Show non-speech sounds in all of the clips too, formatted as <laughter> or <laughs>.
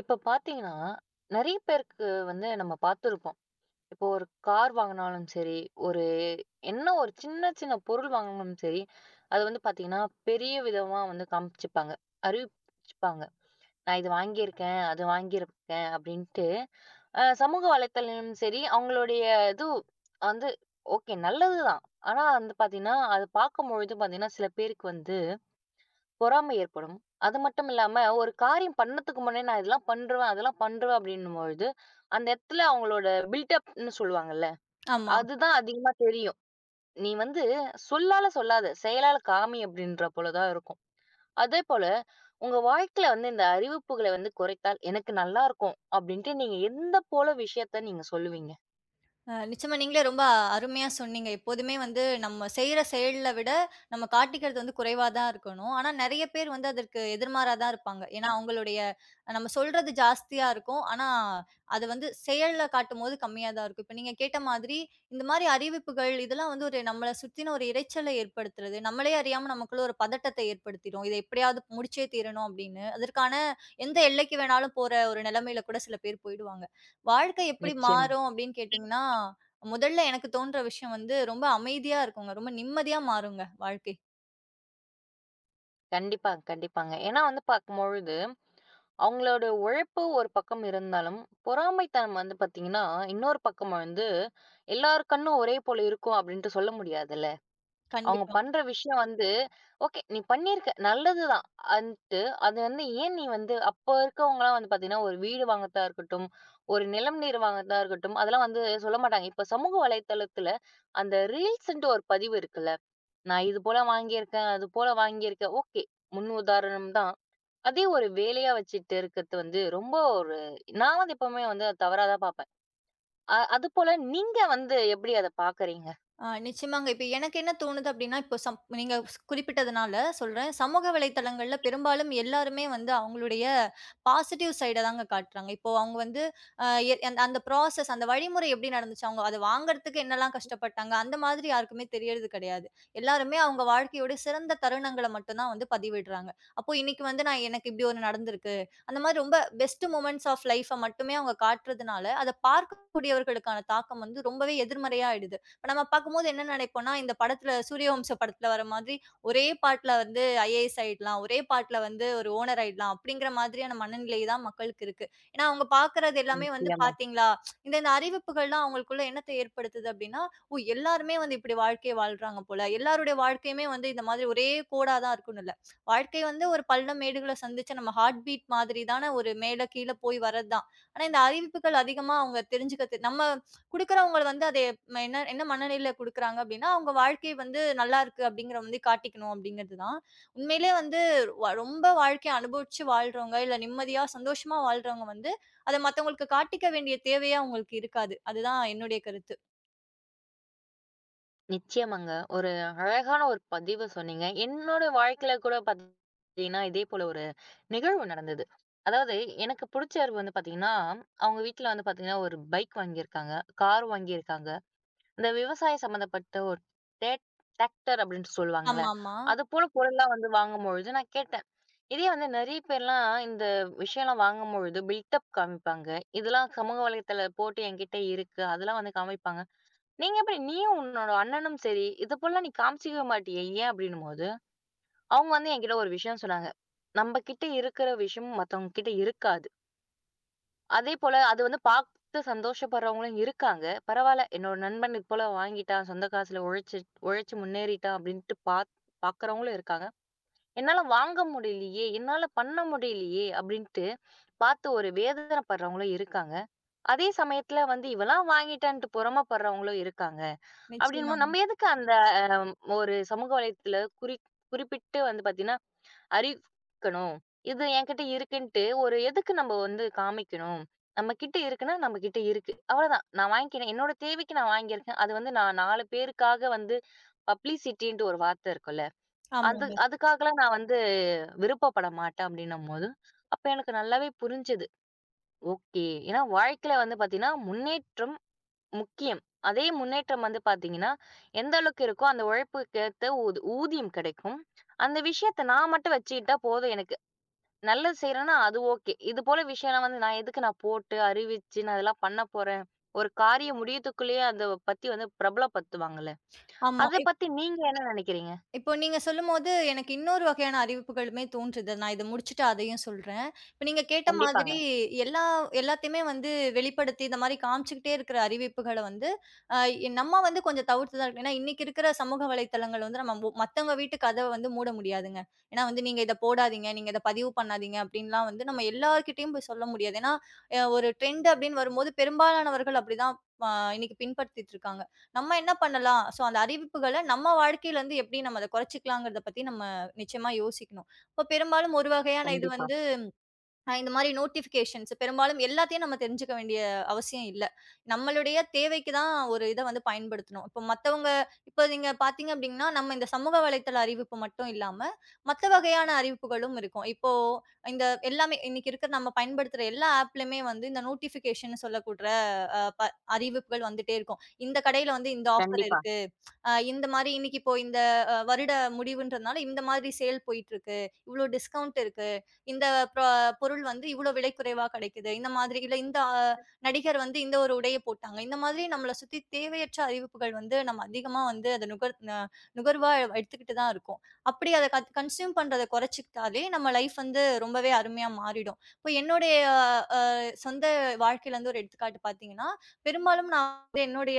இப்ப பார்த்தீங்கன்னா, நெறைய பேருக்கு வந்து நம்ம பார்த்துருப்போம். இப்போ ஒரு கார் வாங்குனாலும் சரி, ஒரு ஒரு சின்ன சின்ன பொருள் வாங்குனாலும் சரி, அது வந்து பார்த்தீங்கன்னா, பெரிய விதமா வந்து காமிச்சுப்பாங்க. அறிவிச்சுப்பாங்க. "நான் இது வாங்கியிருக்கேன், அது வாங்கியிருக்கேன்" அப்படின்ட்டு சமூக வலைத்தளமும் சரி, அவங்களுடைய இது வந்து ஓகே நல்லது தான். ஆனா வந்து பார்த்தீங்கன்னா, அது பார்க்கும்பொழுது பார்த்தீங்கன்னா, சில பேருக்கு வந்து பொறாமை ஏற்படும். அது மட்டும் இல்லாம, ஒரு காரியம் பண்ணத்துக்கு முன்னாடி நான் இதெல்லாம் பண்ருவேன், அதெல்லாம் பண்ருவேன் அப்டின்னும்பொழுது, அந்த இடத்துல அவங்களோட பில்டப்ன்னு சொல்லுவாங்கல்ல, ஆமா. அதுதான் அதிகமா தெரியும். நீ வந்து சொல்லால சொல்லாத, செயலால காமி அப்டின்ற போல தான் இருக்கும். அதேபோல உங்க வாழ்க்கையில வந்து இந்த அறிவிப்புகள வந்து குறைத்தால் எனக்கு நல்லாருக்கும் அப்டின்ட்டு நீங்க எந்த போல விஷயத்த நீங்க சொல்லுவீங்க? நிச்சயமா நீங்களே ரொம்ப அருமையா சொன்னீங்க. எப்போதுமே வந்து நம்ம செய்ற செயல்ல விட, நம்ம காட்டிக்கிறது வந்து குறைவா தான் இருக்கணும். ஆனா நெறைய பேர் வந்து அதற்கு எதிர்மாறா தான் இருப்பாங்க. ஏன்னா, அவங்களுடைய நம்ம சொல்றது ஜாஸ்தியா இருக்கும். ஆனா, அது வந்து செயல்ல காட்டும்போது கம்மியா தான் இருக்கும். இப்ப நீங்க கேட்ட மாதிரி, இந்த மாரி அறிவிப்புகள் இதெல்லாம் வந்து ஒரு நம்மள சுத்தின ஒரு இரைச்சல ஏற்படுத்துறது. நம்மளே அறியாம நமக்குள்ள ஒரு பதட்டத்தை ஏற்படுத்திரும். இத எப்படியாவது முடிச்சே தீரணும் அப்படின்னு. அதற்கான எந்த எல்லைக்கு வேணாலும் போற ஒரு நிலைமையில கூட சில பேர் போயிடுவாங்க. வாழ்க்கை எப்படி நிச்சயமா. மாறும் அப்படின்னு கேட்டீங்கன்னா, முதல்ல எனக்கு தோன்ற விஷயம் வந்து ரொம்ப அமைதியா இருக்குங்க. ரொம்ப நிம்மதியா மாறுங்க வாழ்க்கை. கண்டிப்பா, கண்டிப்பாங்க. ஏன்னா வந்து பாக்கும்பொழுது அவங்களோட உழைப்பு ஒரு பக்கம் இருந்தாலும், பொறாமைத்தனம் வந்து பார்த்தீங்கன்னா, இன்னொரு பக்கம் வந்து எல்லார் கண்ணும் ஒரே போல இருக்கும் அப்படின்ட்டு சொல்ல முடியாதுல்ல. அவங்க கண்டிப்பா. பண்ற விஷயம் வந்து, ஓகே நீ பண்ணியிருக்க நல்லதுதான் அன்ட்டு அது வந்து ஏன் நீ வந்து அப்போ இருக்கவங்கலாம் வந்து பார்த்தீங்கன்னா, ஒரு வீடு வாங்கறதா இருக்கட்டும், ஒரு நிலம், நீர் வாங்கறதா இருக்கட்டும், அதெல்லாம் வந்து சொல்ல மாட்டாங்க. இப்போ சமூக வலைத்தளத்தில அந்த ரீல்ஸ்ன்ட்டு ஒரு பதிவு இருக்குல்ல. நான் இது போல வாங்கியிருக்கேன், அது போல வாங்கியிருக்கேன். ஓகே. முன் உதாரணம் தான். அதே ஒரு வேலையா வச்சுட்டு இருக்கிறது வந்து ரொம்ப ஒரு நான் வந்து எப்பவுமே வந்து அத தவறா தான் பார்ப்பேன். அது போல நீங்க வந்து எப்படி அத பார்க்குறீங்க? நிச்சயமாங்க. இப்ப எனக்கு என்ன தோணுது அப்டின்னா, இப்போ சம் நீங்க குறிப்பிட்டதுனால சொல்றேன். சமூக வலைதளங்கள்ல பெரும்பாலும் எல்லாருமே வந்து அவங்களுடைய பாசிட்டிவ் சைட தாங்க காட்டுறாங்க. இப்போ அவங்க வந்து அ எ அந்த அந்த ப்ராசஸ் அந்த வழிமுறை எப்டி நடந்துச்சு, அவங்க அத வாங்குறதுக்கு என்னலாம் கஷ்டப்பட்டாங்க, அந்த மாதிரி யாருக்குமே தெரியறது கிடையாது. எல்லாருமே அவங்க வாழ்க்கையோட சிறந்த தருணங்கள மட்டும் தான் வந்து பதிவிடுறாங்க. அப்போ இன்னைக்கு வந்து நான் எனக்கு இப்டி ஒண்ணு நடந்திருக்கு. அந்த மாரி ரொம்ப பெஸ்ட் மொமெண்ட்ஸ் ஆஃப் லைஃப மட்டுமே அவங்க காட்டுறதுனால, அத பார்க்கக்கூடியவர்களுக்கான தாக்கம் வந்து ரொம்பவே எதிர்மறையா ஆயிடுது. இப்ப நம்ம பார்க்கும்போது என்ன நினைப்போம்னா, இந்த படத்துல சூரியவம்சம் படத்துல வர மாதிரி, ஒரே பாட்டுல வந்து ஐஏஎஸ் ஆயிடலாம். ஒரே பாட்டுல வந்து ஒரு ஓனர் ஆயிடலாம். அப்படிங்கிற மாதிரியான மனநிலை தான் மக்களுக்கு இருக்கு. ஏன்னா அவங்க பார்க்கறது எல்லாமே வந்து நிச்சயமா. பார்த்தீங்களா, இந்த இந்த அறிவிப்புகள்லாம் அவங்களுக்குள்ள என்னத்த ஏற்படுத்துது அப்படின்னா, ஓ! எல்லாருமே வந்து இப்படி வாழ்க்கைய வாழ்றாங்க போல. எல்லாருடைய வாழ்க்கையுமே வந்து இந்த மாதிரி ஒரே கோடா தான் இருக்குன்னு இல்ல. வாழ்க்கை வந்து ஒரு பள்ளம், மேடுகள சந்திச்சு நம்ம ஹார்ட் பீட் மாதிரி தான ஒரு மேல கீழ போய் வர்றது தான். ஆனா இந்த அறிவிப்புகள் அதிகமா அவங்க தெரிஞ்சுக்க நம்ம குடுக்குறவங்க வந்து அதை என்ன என்ன மனநிலையில குடுக்குறாங்க அப்டின்னா, அவங்க வாழ்க்கை வந்து நல்லாருக்கு அப்படிங்கிற வந்து காட்டிக்கணும் அப்படிங்கிறது தான். உண்மையிலே வந்து ரொம்ப வாழ்க்கைய அனுபவிச்சு வாழ்றவங்க, இல்ல நிம்மதியா, சந்தோஷமா வாழ்றவங்க வந்து, அத மத்தவங்களுக்கு காட்டிக்க வேண்டிய தேவையே அவங்களுக்கு இருக்காது. அதுதான் என்னுடைய கருத்து. நிச்சயமாங்க. ஒரு அழகான ஒரு பதிவு சொன்னீங்க. என்னோட வாழ்க்கையில கூட பார்த்தீங்கன்னா, இதே போல ஒரு நிகழ்வு நடந்தது. அதாவது எனக்கு புடிச்சவர் வந்து பார்த்தீங்கன்னா, அவங்க வீட்ல வந்து பார்த்தீங்கன்னா, ஒரு பைக் வாங்கியிருக்காங்க, கார் வாங்கியிருக்காங்க. இந்த விவசாயம் சம்மந்தப்பட்ட ஒரு டேட் டிராக்டர் அப்படின்னு சொல்லுவாங்கல்ல, ஆமாமா. அது போல பொருள்லாம் வந்து வாங்கும்பொழுது நான் கேட்டேன். இதே வந்து நெறைய பேர்லாம் இந்த விஷயம்லாம் வாங்கும்பொழுது பில்டப் காமிப்பாங்க. இதெல்லாம் சமூக வலைத்தள போட்டு என்கிட்ட இருக்கு. அதெல்லாம் வந்து காமிப்பாங்க. நீங்க எப்படி நீயும் உன்னோட அண்ணனும் சரி, இது போலலாம் நீ காமிச்சுக்கவே மாட்டியே ஏன்? அப்படின்னும்போது, அவங்க வந்து என்கிட்ட ஒரு விஷயம் சொன்னாங்க. நம்ம கிட்ட இருக்கிற விஷயம் மத்தவங்க கிட்ட இருக்காது. அதே போல அது வந்து பார்த்து சந்தோஷப்படுறவங்களும் இருக்காங்க. பரவால்ல என்னோட நண்பன் இது போல வாங்கிட்டான். சொந்த காசுல உழைச்சு உழைச்சு முன்னேறிட்டான் அப்படின்ட்டு பார்க்குறவங்களும் இருக்காங்க. என்னால வாங்க முடியலையே! என்னால பண்ண முடியலையே! அப்படின்ட்டு பார்த்து ஒரு வேதனைப்படுறவங்களும் இருக்காங்க. அதே சமயத்துல வந்து இவளாம் வாங்கிட்டான்ட்டு பொறாமப்படுறவங்களும் இருக்காங்க. அப்படின்னும்போது நிச்சயமாங்க. நம்ம எதுக்கு அந்த அ ஒரு சமூக வலைத்தளத்துல குறிப்பிட்டு வந்து பார்த்தீங்கன்னா, அறிவிக்கணும். இது என்கிட்ட இருக்குன்ட்டு ஒரு எதுக்கு நம்ம வந்து காமிக்கணும்? நம்ம கிட்ட இருக்குன்னா, நம்ம கிட்ட இருக்கு. அவ்வளதான். நான் வாங்கிக்கிறேன். என்னோட தேவைக்கு நான் வாங்கியிருக்கேன். அது வந்து நான் 4 பேருக்காக வந்து பப்ளிசிட்டின்ட்டு ஒரு வார்த்தை இருக்குல்ல. அது ஆமாங்க. அதுக்காகலாம் நான் வந்து விருப்பப்பட மாட்டேன் அப்படின்னும்போது, அப்ப எனக்கு நல்லாவே புரிஞ்சது. ஓகே. ஏன்னா வாழ்க்கையில வந்து பார்த்தீங்கன்னா, முன்னேற்றம் முக்கியம். அதே முன்னேற்றம் வந்து பார்த்தீங்கன்னா, எந்த அளவுக்கு இருக்கோ அந்த உழைப்புக்கேத்த ஊதியம் கிடைக்கும். அந்த விஷயத்த நான் மட்டும் வச்சுக்கிட்டா போதும் எனக்கு. நல்லது செய்றேன்னா அது ஓகே. இது போல விஷயம்லாம் வந்து நான் எதுக்கு நான் போட்டு, அறிவிச்சு நான் இதெல்லாம் பண்ண போறேன். ஒரு காரியம் முடியத்துக்குள்ளேயே அத பத்தி வந்து பிரபலப்படுத்துவாங்கல்ல. ஆமா. அத பத்தி நீங்க என்ன நினைக்கிறீங்க? இப்போ நீங்க சொல்லும்போது, எனக்கு இன்னொரு வகையான அறிவிப்புகளுமே தோன்றுது. நான் இத முடிச்சுட்டு அதையும் சொல்றேன். இப்ப நீங்க கேட்ட கண்டிப்பாங்க. மாதிரி எல்லா எல்லாத்தையுமே வந்து வெளிப்படுத்தி, இந்த மாரி காமிச்சுக்கிட்டே இருக்கிற அறிவிப்புகள வந்து, அ நம்ம வந்து கொஞ்சம் தவிர்த்து தான் இருக்கணும். ஏன்னா, இன்னைக்கு இருக்கிற சமூக வலைத்தளங்கள் வந்து நம்ம மத்தவங்க வீட்டு கதவ வந்து மூட முடியாதுங்க. ஏன்னா வந்து, "நீங்க இத போடாதீங்க, நீங்க இத பதிவு பண்ணாதீங்க" அப்படின்லாம் வந்து நம்ம எல்லார்கிட்டயும் போய் சொல்ல முடியாது. ஏன்னா, ஒரு ட்ரெண்ட் அப்படின்னு வரும்போது, பெரும்பாலானவர்கள் அப்படிதான் அ இன்னைக்கு பின்பற்றிட்டு இருக்காங்க. நம்ம என்ன பண்ணலாம்? ஸோ அந்த அறிவிப்புகள நம்ம வாழ்க்கையில இருந்து எப்படி நம்ம அத குறைச்சுக்கலாங்கிறத பத்தி நம்ம நிச்சயமா யோசிக்கணும். இப்ப பெரும்பாலும் ஒரு வகையான இது கண்டிப்பா, வந்து இந்த மாரி நோட்டிஃபிகேஷன்ஸ் பெரும்பாலும் எல்லாத்தையும் நம்ம தெரிஞ்சுக்க வேண்டிய அவசியம் இல்ல. நம்மளுடைய தேவைக்கு தான் ஒரு இத வந்து பயன்படுத்தணும். இப்ப மத்தவங்க இப்ப நீங்க பார்த்தீங்க அப்டின்னா, நம்ம இந்த சமூக வலைத்தள அறிவிப்பு மட்டும் இல்லாம, மத்த வகையான அறிவிப்புகளும் இருக்கும். இப்போ இந்த எல்லாமே இன்னைக்கு இருக்கிற நம்ம பயன்படுத்துற எல்லா ஆப்லயுமே வந்து இந்த நோட்டிஃபிகேஷன்னு சொல்லக்கூட்ற அ ப அறிவிப்புகள் வந்துட்டே இருக்கும். இந்த கடையில வந்து இந்த ஆஃபர் கண்டிப்பா. இருக்கு. இந்த மாரி இன்னைக்கு இப்போ இந்த வருட முடிவுன்றதுனால இந்த மாதிரி சேல் போயிட்டுருக்கு. இவ்ளோ டிஸ்கவுண்ட் இருக்கு. இந்த ப்ரா பொருள் வந்து இவ்ளோ விலை குறைவா கிடைக்குது. இந்த மாதிரி இல்ல இந்த நடிகர் வந்து இந்த ஒரு உடைய போட்டாங்க. இந்த மாதிரி நம்மள சுத்தி தேவையற்ற அறிவிப்புகள் வந்து நம்ம அதிகமா வந்து அத நுகர்வா எடுத்துக்கிட்டு தான் இருக்கோம். அப்படி அத கன்சியூம் பண்றத குறைச்சுக்கிட்டாலே நம்ம லைஃப் வந்து ரொம்பவே அருமையா மாறிடும். இப்போ என்னுடைய அ சொந்த வாழ்க்கையில இருந்து ஒரு எடுத்துக்காட்டு பார்த்தீங்கன்னா, பெரும்பாலும் நான் வந்து என்னுடைய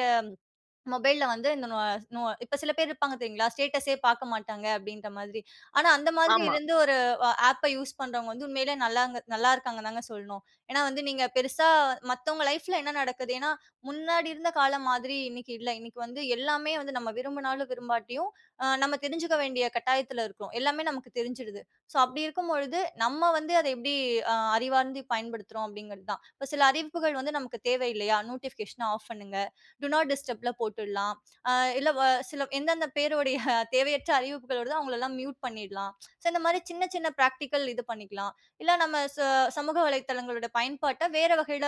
மொபைல்ல வந்து இந்த நொ நொ இப்ப சில பேர் இருப்பாங்க தெரியுங்களா? ஸ்டேட்டஸே பார்க்க மாட்டாங்க அப்டின்ற மாதிரி. ஆனா அந்த மாதிரி ஆமா, இருந்து ஒரு ஆப்ப யூஸ் பண்றவங்க வந்து உண்மையிலே நல்லாங்க நல்லா இருக்காங்கன்னு தாங்க சொல்லணும். ஏன்னா வந்து நீங்க பெருசா மத்தவங்க லைஃப்ல என்ன நடக்குது? ஏன்னா முன்னாடி இருந்த காலம் மாதிரி இன்னைக்கு இல்ல. இன்னைக்கு வந்து எல்லாமே வந்து நம்ம விரும்பினாலும் விரும்பாட்டியும், நம்ம தெரிஞ்சுக்க வேண்டிய கட்டாயத்துல இருக்கோம். எல்லாமே நமக்கு தெரிஞ்சிடுது. ஸோ அப்டி இருக்கும் பொழுது நம்ம வந்து அத எப்டி அறிவார்ந்து பயன்படுத்துறோம் அப்டிங்கிறது தான். இப்ப சில அறிவிப்புகள் வந்து நமக்கு தேவை இல்லையா? நோட்டிஃபிகேஷன ஆஃப் பண்ணுங்க. டு நாட் டிஸ்டர்ப்ல போட்டுடலாம். அ இல்ல வ சில எந்தெந்த பேருடைய <laughs> தேவையற்ற அறிவிப்புகள் வருதோ அவங்களெல்லாம் மியூட் பண்ணிடலாம். ஸோ இந்த மாரி சின்ன சின்ன பிராக்டிகல் இது பண்ணிக்கலாம். இல்ல நம்ம சமூக வலைத்தளங்களோட பயன்பாட்ட வேற வகையில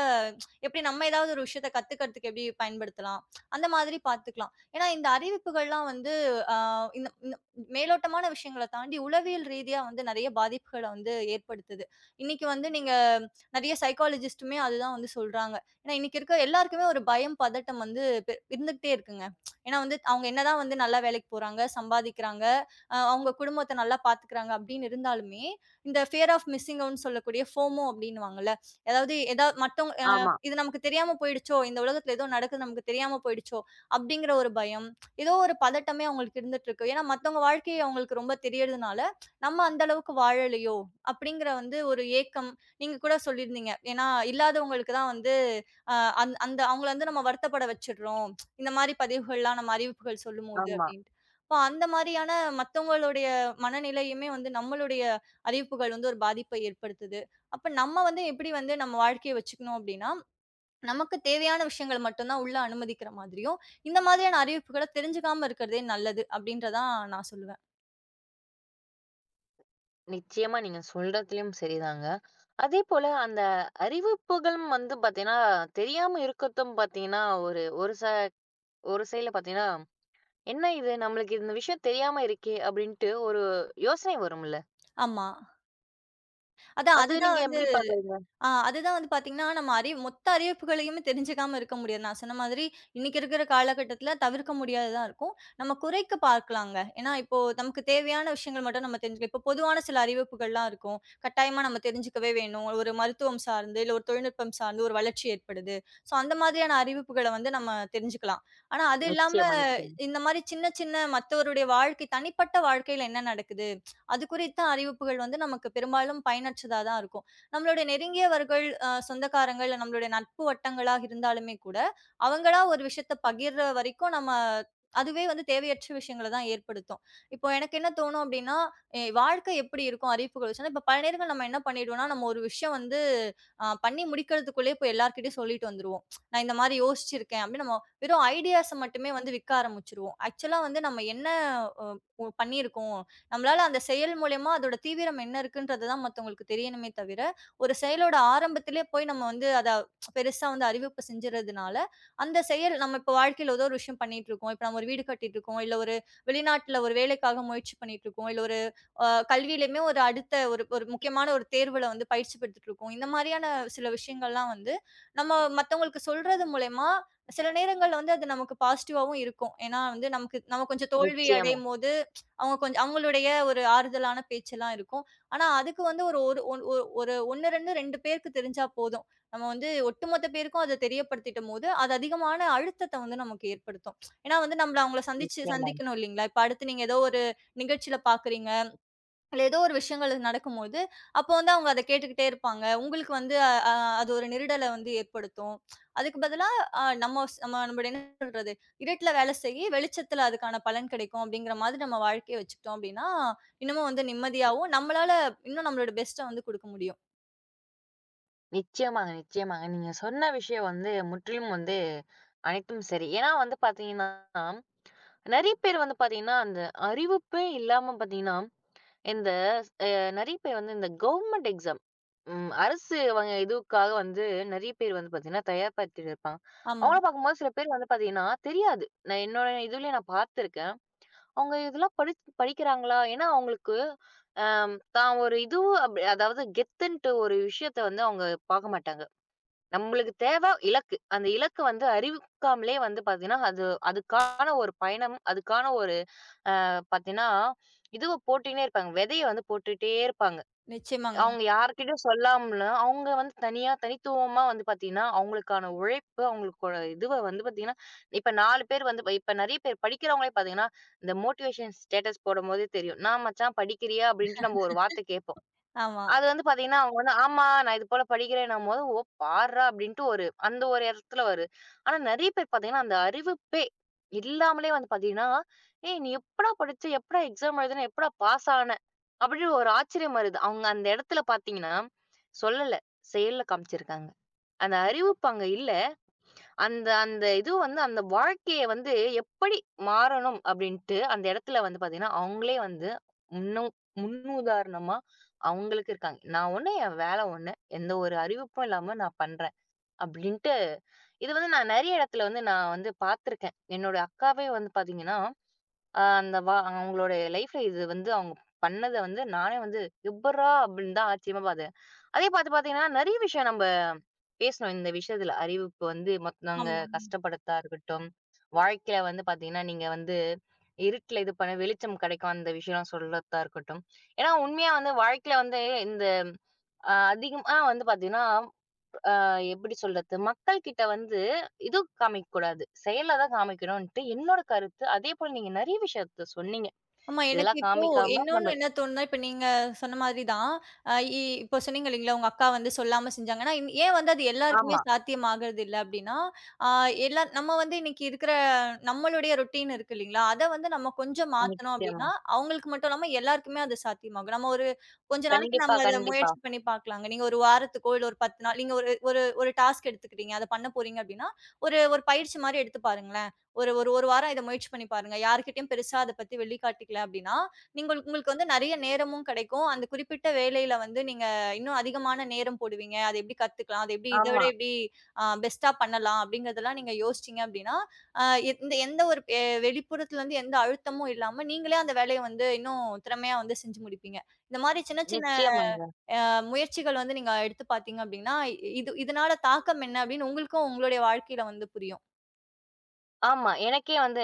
எப்படி நம்ம ஏதாவது ஒரு விஷயத்த கத்துக்கிறதுக்கு எப்படி பயன்படுத்தலாம்? அந்த மாதிரி பார்த்துக்கலாம். ஏன்னா இந்த அறிவிப்புகள்லாம் வந்து அ இந்த இந்த மேலோட்டமான விஷயங்கள தாண்டி உளவியல் ரீதியா வந்து நெறைய பாதிப்புகள வந்து ஏற்படுத்துது. இன்னைக்கு வந்து நீங்க நெறைய சைக்காலஜிஸ்ட்டுமே அதுதான் வந்து சொல்றாங்க. ஏன்னா, இன்னைக்கு இருக்க எல்லாருக்குமே ஒரு பயம், பதட்டம் வந்து இருந்துகிட்டே இருக்குங்க. ஏன்னா வந்து அவங்க என்னதான் வந்து நல்லா வேலைக்கு போறாங்க, சம்பாதிக்கிறாங்க, அவங்க குடும்பத்த நல்லா பார்த்துக்கிறாங்க அப்படின்னு இருந்தாலுமே, இந்த ஃபியர் ஆஃப் மிஸ்ஸிங் அவுட்ன்னு சொல்லக்கூடிய ஃபோமோ அப்படின்னுவாங்கல்ல. அதாவது ஏதா மத்தவங்க ஆமா, இது நமக்கு தெரியாம போயிடுச்சோ, இந்த உலகத்துல ஏதோ நடக்குது நமக்கு தெரியாம போயிடுச்சோ, அப்படிங்கிற ஒரு பயம், ஏதோ ஒரு பதட்டமே அவங்களுக்கு இருந்துட்டு இருக்கு. ஏன்னா மத்தவங்க வாழ்க்கை அவங்களுக்கு ரொம்ப தெரியறதுனால, நம்ம அந்த அளவுக்கு வாழலையோ அப்படிங்கிற வந்து ஒரு ஏக்கம். நீங்க கூட சொல்லியிருந்தீங்க. ஏன்னா இல்லாதவங்களுக்கு தான் வந்து அ அந் அந்த அவங்கள வந்து நம்ம வருத்தப்பட வச்சுடுறோம். இந்த மாரி பதிவுகள்லாம் நம்ம அறிவிப்புகள் சொல்லும்போது ஆமா. அப்டின்ட்டு. அப்ப அந்த மாரியான மத்தவங்களுடைய மனநிலையுமே வந்து நம்மளுடைய அறிவிப்புகள் வந்து ஒரு பாதிப்பை ஏற்படுத்துது. அப்ப நம்ம வந்து எப்படி வந்து நம்ம வாழ்க்கைய வச்சுக்கணும் அப்டின்னா, நமக்கு தேவையான விஷயங்கள் மட்டும் தான் உள்ள அனுமதிக்கிற மாதிரியும், இந்த மாதிரியான அறிவிப்புகள தெரிஞ்சுக்காம இருக்கிறதே நல்லது அப்டின்றதான் நான் சொல்லுவேன். நிச்சயமா நீங்க சொல்றதுலயும் சரிதாங்க. அதேபோல அந்த அறிவிப்புகளும் வந்து பார்த்தீங்கன்னா, தெரியாம இருக்கறதும் பார்த்தீங்கன்னா, ஒரு ஒரு ச ஒரு சைடுல பார்த்தீங்கன்னா, "என்ன இது நம்மளுக்கு இந்த விஷயம் தெரியாம இருக்கே!" அப்படீன்ட்டு ஒரு யோசனை வரும்ல. ஆமா. அதான் அது அதுதான் நீங்க எப்படி பார்க்குறீங்க? ஆ அதுதான் வந்து பார்த்தீங்கன்னா, நம்ம மொத்த அறிவிப்புகளையுமே தெரிஞ்சுக்காம இருக்க முடியாது. நான் சொன்ன மாதிரி, இன்னைக்கு இருக்கிற காலகட்டத்தில தவிர்க்க முடியாததா இருக்கும். நம்ம குறைக்க பார்க்கலாங்க. ஏன்னா, இப்போ நமக்கு தேவையான விஷயங்கள் மட்டும் நம்ம தெரிஞ்சுக்கலாம். இப்போ பொதுவான சில அறிவிப்புகள்லாம் இருக்கும். கட்டாயமா நம்ம தெரிஞ்சுக்கவே வேணும். ஒரு மருத்துவம் சார்ந்து, இல்ல ஒரு தொழில்நுட்பம் சார்ந்து ஒரு வளர்ச்சி ஏற்படுது. ஸோ, அந்த மாதிரியான அறிவிப்புகள வந்து நம்ம தெரிஞ்சுக்கலாம். ஆனா, அது இல்லாம நிச்சயமா, நிச்சயமா. இந்த மாரி சின்ன சின்ன மத்தவருடைய வாழ்க்கை, தனிப்பட்ட வாழ்க்கையில என்ன நடக்குது? அது குறித்த அறிவிப்புகள் வந்து நமக்கு பெரும்பாலும் பயனற்றதா தான் இருக்கும். நம்மளுடைய நெருங்கியவர்கள், சொந்தக்காரங்கள், நம்மளுடைய நட்பு வட்டங்களா இருந்தாலுமே கூட, அவங்களா ஒரு விஷயத்த பகிர்ற வரைக்கும் நம்ம அதுவே வந்து தேவையற்ற விஷயங்கள தான் ஏற்படுத்தும். இப்போ எனக்கு என்ன தோணும் அப்படின்னா, வாழ்க்கை எப்படி இருக்கும் அறிவிப்புகள் வச்சுன்னா, இப்போ பல நேரங்கள் நம்ம என்ன பண்ணிடுவோம்னா, நம்ம ஒரு விஷயம் வந்து பண்ணி முடிக்கிறதுக்குள்ளயே போய் எல்லார்கிட்டயும் சொல்லிட்டு வந்துருவோம். நான் இந்த மாரி யோசிச்சிருக்கேன் அப்படின்னு நம்ம வெறும் ஐடியாஸ மட்டுமே வந்து விக்க ஆரம்பிச்சுருவோம். ஆக்சுவலா வந்து நம்ம என்ன அ ஒ பண்ணியிருக்கோம், நம்மளால அந்த செயல் மூலியமா அதோட தீவிரம் என்ன இருக்குன்றது தான் மத்தவங்களுக்கு தெரியணுமே தவிர, ஒரு செயலோட ஆரம்பத்திலே போய் நம்ம வந்து அத பெருசா வந்து அறிவிப்பு செஞ்சுறதுனால, அந்த செயல் நம்ம இப்ப வாழ்க்கையில ஏதோ ஒரு விஷயம் பண்ணிட்டுருக்கோம். இப்ப நம்ம ஒரு வீடு கட்டிட்டுருக்கோம், இல்ல ஒரு வெளிநாட்டுல ஒரு வேலைக்காக முயற்சி பண்ணிட்டுருக்கோம், இல்ல ஒரு அ கல்வியிலயுமே ஒரு அடுத்த ஒரு ஒரு முக்கியமான ஒரு தேர்வுல வந்து பயிற்சி பெற்றுட்டுருக்கோம். இந்த மாரியான சில விஷயங்கள்லாம் வந்து நம்ம மத்தவங்களுக்கு சொல்றது மூலியமா, சில நேரங்கள்ல வந்து அது நமக்கு பாசிட்டிவாவும் இருக்கும். ஏன்னா வந்து நமக்கு நம்ம கொஞ்சம் தோல்வி நிச்சயமா, அடையும்போது அவங்க கொஞ்சம் அவங்களுடைய ஒரு ஆறுதலான பேச்செல்லாம் இருக்கும். ஆனா, அதுக்கு வந்து ஒரு ஒரு ஒன் ஒ ஒரு 1, 2, 2 பேருக்கு தெரிஞ்சா போதும். நம்ம வந்து ஒட்டுமொத்த பேருக்கும் அத தெரியப்படுத்திட்டம்போது, அது அதிகமான அழுத்தத்த வந்து நமக்கு ஏற்படுத்தும். ஏன்னா வந்து நம்மள அவங்கள சந்திச்சு நிச்சயமா. சந்திக்கணும் இல்லீங்களா? இப்ப அடுத்து நீங்க ஏதோ ஒரு நிகழ்ச்சியில பாக்குறீங்க இல்ல ஏதோ ஒரு விஷயங்கள் நடக்கும்போது, அப்போ வந்து அவங்க அத கேட்டுக்கிட்டே இருப்பாங்க. உங்களுக்கு வந்து அ அ அது ஒரு நெருடல வந்து ஏற்படுத்தும். அதுக்கு பதிலா நம்ம நம்மளோட என்ன சொல்றது? இருட்டுல வேலை செய்யி, வெளிச்சத்துல அதுக்கான பலன் கிடைக்கும் அப்படிங்கிற மாதிரி நம்ம வாழ்க்கைய வச்சுக்கிட்டோம் அப்படின்னா, இன்னமும் வந்து நிம்மதியாவும், நம்மளால இன்னும் நம்மளோட பெஸ்ட்ட வந்து குடுக்க முடியும். நிச்சயமாங்க, நிச்சயமாங்க. நீங்க சொன்ன விஷயம் வந்து முற்றிலும் வந்து அனைத்தும் சரி. ஏன்னா வந்து பார்த்தீங்கன்னா, நெறைய பேர் வந்து பார்த்தீங்கன்னா, அந்த அறிவிப்பே இல்லாம பார்த்தீங்கன்னா, இந்த நெறைய பேர் வந்து இந்த கவர்மெண்ட் எக்ஸாம் ம். அரசு அவங்க இதுக்காக வந்து நெறைய பேர் வந்து பார்த்தீங்கன்னா, தயார்படுத்திட்டு இருப்பாங்க. ஆமா. அவங்கள பார்க்கும்போது சில பேர் வந்து பார்த்தீங்கன்னா, தெரியாது. நான் என்னோட இதுலயே நான் பார்த்துருக்கேன். அவங்க இதெல்லாம் படிக்கிறாங்களா? ஏன்னா அவங்களுக்கு தான் ஒரு இதுவும் அதாவது கெத்துன்ட்டு ஒரு விஷயத்த வந்து அவங்க பார்க்க மாட்டாங்க. நம்மளுக்கு தேவை இலக்கு. அந்த இலக்கு வந்து அறிவிக்காமலே வந்து பார்த்தீங்கன்னா, அது அதுக்கான ஒரு பயணம், அதுக்கான ஒரு பார்த்தீங்கன்னா, இதுவ போட்டுன்னே இருப்பாங்க. விதைய வந்து போட்டுட்டே இருப்பாங்க. நிச்சயமாங்க. அவங்க யார்கிட்டயும் சொல்லாமல, அவங்க வந்து தனியா தனித்துவமா வந்து பாத்தீங்கன்னா, அவங்களுக்கான உழைப்பு, அவங்களுக்கோட இதுவ வந்து பாத்தீங்கன்னா, இப்ப 4 பேர் வந்து இப்ப நெறைய பேர் படிக்கிறவங்களே பாத்தீங்கன்னா, இந்த மோட்டிவேஷன் ஸ்டேட்டஸ் போடும்போதே தெரியும். "நான் மச்சான் படிக்கிறியா?" அப்படின்ட்டு நம்ம ஒரு வார்த்தை கேட்போம். ஆமா. அது வந்து பார்த்தீங்கன்னா, அவங்க வந்து ஆமா நான் இது போல படிக்கிறேன்னும்போது, "ஓ! பார்றா" அப்படின்ட்டு ஒரு அந்த ஒரு இடத்துல வருது. ஆனா நெறைய பேர் பார்த்தீங்கன்னா, அந்த அறிவிப்பே இல்லாமலே வந்து பார்த்தீங்கன்னா, "ஏய்! நீ எப்படா படிச்ச? எப்படா எக்ஸாம் எழுதுன? எப்படா பாஸ் ஆன?" அப்படின்னு ஒரு ஆச்சரியம் வருது. அவங்க அந்த இடத்துல பார்த்தீங்கன்னா, சொல்லல. செயல்ல காமிச்சிருக்காங்க. அந்த அறிவிப்பு அங்க இல்ல. அந்த அந்த இது வந்து அந்த வாழ்க்கைய வந்து எப்படி மாறணும் அப்படின்ட்டு, அந்த இடத்துல வந்து பார்த்தீங்கன்னா, அவங்களே வந்து முன்னு முன்னுதாரணமா அவங்களுக்கு இருக்காங்க. "நான் ஒண்ணு, என் வேலை ஒண்ணு. எந்த ஒரு அறிவிப்பும் இல்லாம நான் பண்றேன்" அப்படின்ட்டு இது வந்து நான் நெறைய இடத்துல வந்து நான் வந்து பார்த்துருக்கேன். என்னோட அக்காவே வந்து பார்த்தீங்கன்னா, அந்த அவங்களோட லைஃப்ல இது வந்து அவங்க பண்ணத வந்து நானே வந்து எப்புட்றா! அப்படின்னு தான் ஆச்சரியமா பார்த்தேன். அதே பார்த்து பார்த்தீங்கன்னா, நெறைய விஷயம் நம்ப பேசணும். இந்த விஷயத்துல அறிவுக்கு வந்து நாங்க ஆமா. கஷ்டப்படத்தா இருக்கட்டும். வாழ்க்கையில வந்து பாத்தீங்கன்னா, நீங்க வந்து இருட்டுல இது பண்ண வெளிச்சம் கிடைக்கும் அந்த விஷயம் சொல்றதா இருக்கட்டும். ஏன்னா உண்மையா வந்து வாழ்க்கையில வந்து இந்த அதிகமா வந்து பாத்தீங்கன்னா, அ எப்படி சொல்றது? மக்கள் கிட்ட வந்து இது காமிக்கக்கூடாது. செயல்ல தான் காமிக்கணும்ன்ட்டு என்னோட கருத்து. அதேபோல நீங்க நெறைய விஷயத்த சொன்னீங்க. ஆமா. எனக்கு இதெல்லாம் இப்போ காமிக்காம இன்னொன்னு நம்ம என்ன தோணுனா, இப்ப நீங்க சொன்ன மாதிரி தான். அ இ இப்போ சொன்னீங்க இல்லீங்களா, உங்க அக்கா வந்து சொல்லாம செஞ்சாங்கன்னா, ஏன் வந்து அது எல்லாருக்குமே ஆமா. சாத்தியமாகறது இல்ல அப்டின்னா, அ எல்லா நம்ம வந்து இன்னைக்கு இருக்கிற நம்மளுடைய ரொட்டீன் இருக்கு இல்லீங்களா, அத வந்து நம்ம கொஞ்சம் மாத்தனோம் நிச்சயமா. அப்டின்னா, அவங்களுக்கு மட்டும் இல்லாம எல்லாருக்குமே அது சாத்தியமாகும். நம்ம ஒரு கொஞ்ச நாளைக்கு கண்டிப்பா, நம்ம அத கண்டிப்பா. முயற்சி பண்ணி பார்க்கலாங்க. நீங்க ஒரு வாரத்துக்கோ, இல்ல ஒரு 10 நாள் நீங்க ஒரு ஒரு ஒரு டாஸ்க் எடுத்துக்கிட்டீங்க. அத பண்ண போறீங்க அப்டின்னா, ஒரு ஒரு பயிற்சி மாரி எடுத்து பாருங்களேன். ஒரு ஒரு 1 வாரம் இத முயற்சி பண்ணி பாருங்க. யார்கிட்டயும் பெருசா அத பத்தி வெளிக்காட்டிக்கல அப்டின்னா, நீங்கள் உங்களுக்கு வந்து நெறைய நேரமும் கிடைக்கும். அந்த குறிப்பிட்ட வேலையில வந்து நீங்க இன்னும் அதிகமான நேரம் போடுவீங்க. அத எப்படி கத்துக்கலாம்? அத எப்படி இத விட ஆமா. எப்படி பெஸ்ட்டா பண்ணலாம்? அப்படிங்கிறதெல்லாம் நீங்க யோசிச்சீங்க அப்படின்னா, அ இந்த எந்த ஒரு வெளிப்புறத்துலருந்து எந்த அழுத்தமும் இல்லாம, நீங்களே அந்த வேலைய வந்து இன்னும் திறமையா வந்து செஞ்சு முடிப்பீங்க. இந்த மாரி சின்ன சின்ன நிச்சயமா. அ முயற்சிகள் வந்து நீங்க எடுத்து பார்த்தீங்க அப்படின்னா, இது இதனால தாக்கம் என்ன அப்படின்னு உங்களுக்கும் உங்களுடைய வாழ்க்கையில வந்து புரியும். ஆமா. எனக்கே வந்து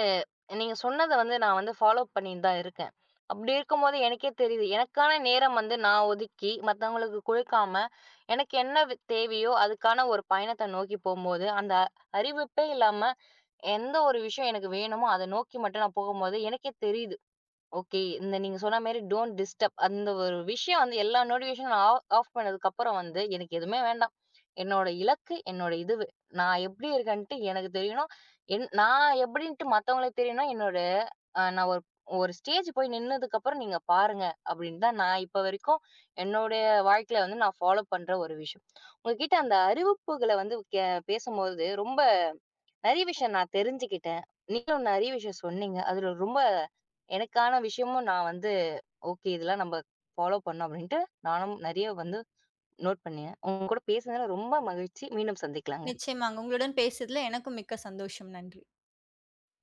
நீங்க சொன்னத வந்து நான் வந்து ஃபாலோ பண்ணிட்டு தான் இருக்கேன். அப்படி இருக்கும்போது எனக்கே தெரியுது. எனக்கான நேரம் வந்து நான் ஒதுக்கி, மத்தவங்களுக்கு குடுக்காம, எனக்கு என்ன தேவையோ அதுக்கான ஒரு பயணத்த நோக்கி போம்போது, அந்த அறிவிப்பே இல்லாம எந்த ஒரு விஷயம் எனக்கு வேணுமோ, அத நோக்கி மட்டும் நான் போகும்போது எனக்கே தெரியுது. ஓகே. இந்த நீங்க சொன்ன மாரி டோன்ட் டிஸ்டர்ப் அந்த ஒரு விஷயம் வந்து எல்லா நோட்டிஃபிகேஷனும் ஆஃப் பண்ணதுக்கப்புறம் வந்து, எனக்கு எதுவுமே வேண்டாம். என்னோட இலக்கு, என்னோட இதுவு. நான் எப்படி இருக்கேன்ட்டு எனக்கு தெரியணும். நான் எப்படின்ட்டு மத்தவங்களுக்கு தெரியணும்னா, என்னோட நான் ஒரு ஒரு ஸ்டேஜ் போய் நின்னதுக்கப்புறம் நீங்க பாருங்க, அப்படின்னு தான் நான் இப்ப வரைக்கும் என்னுடைய வாழ்க்கையில வந்து நான் ஃபாலோ பண்ற ஒரு விஷயம். உங்ககிட்ட அந்த அறிவிப்புகள வந்து பேசும்போது ரொம்ப நெறைய விஷயம் நான் தெரிஞ்சுக்கிட்டேன். நீங்களும் நெறைய விஷயம் சொன்னீங்க. அதுல ரொம்ப எனக்கான விஷயமும் நான் வந்து ஓகே இதெல்லாம் நம்ம ஃபாலோ பண்ணணும் அப்டின்ட்டு நானும் நெறைய வந்து நோட் பண்ணேன். உங்க கூட பேசுனதுல ரொம்ப மகிழ்ச்சி. மீண்டும் சந்திக்கலாம். நிச்சயமாங்க. உங்களுடன் பேசியதுல எனக்கும் மிக்க சந்தோஷம். நன்றி.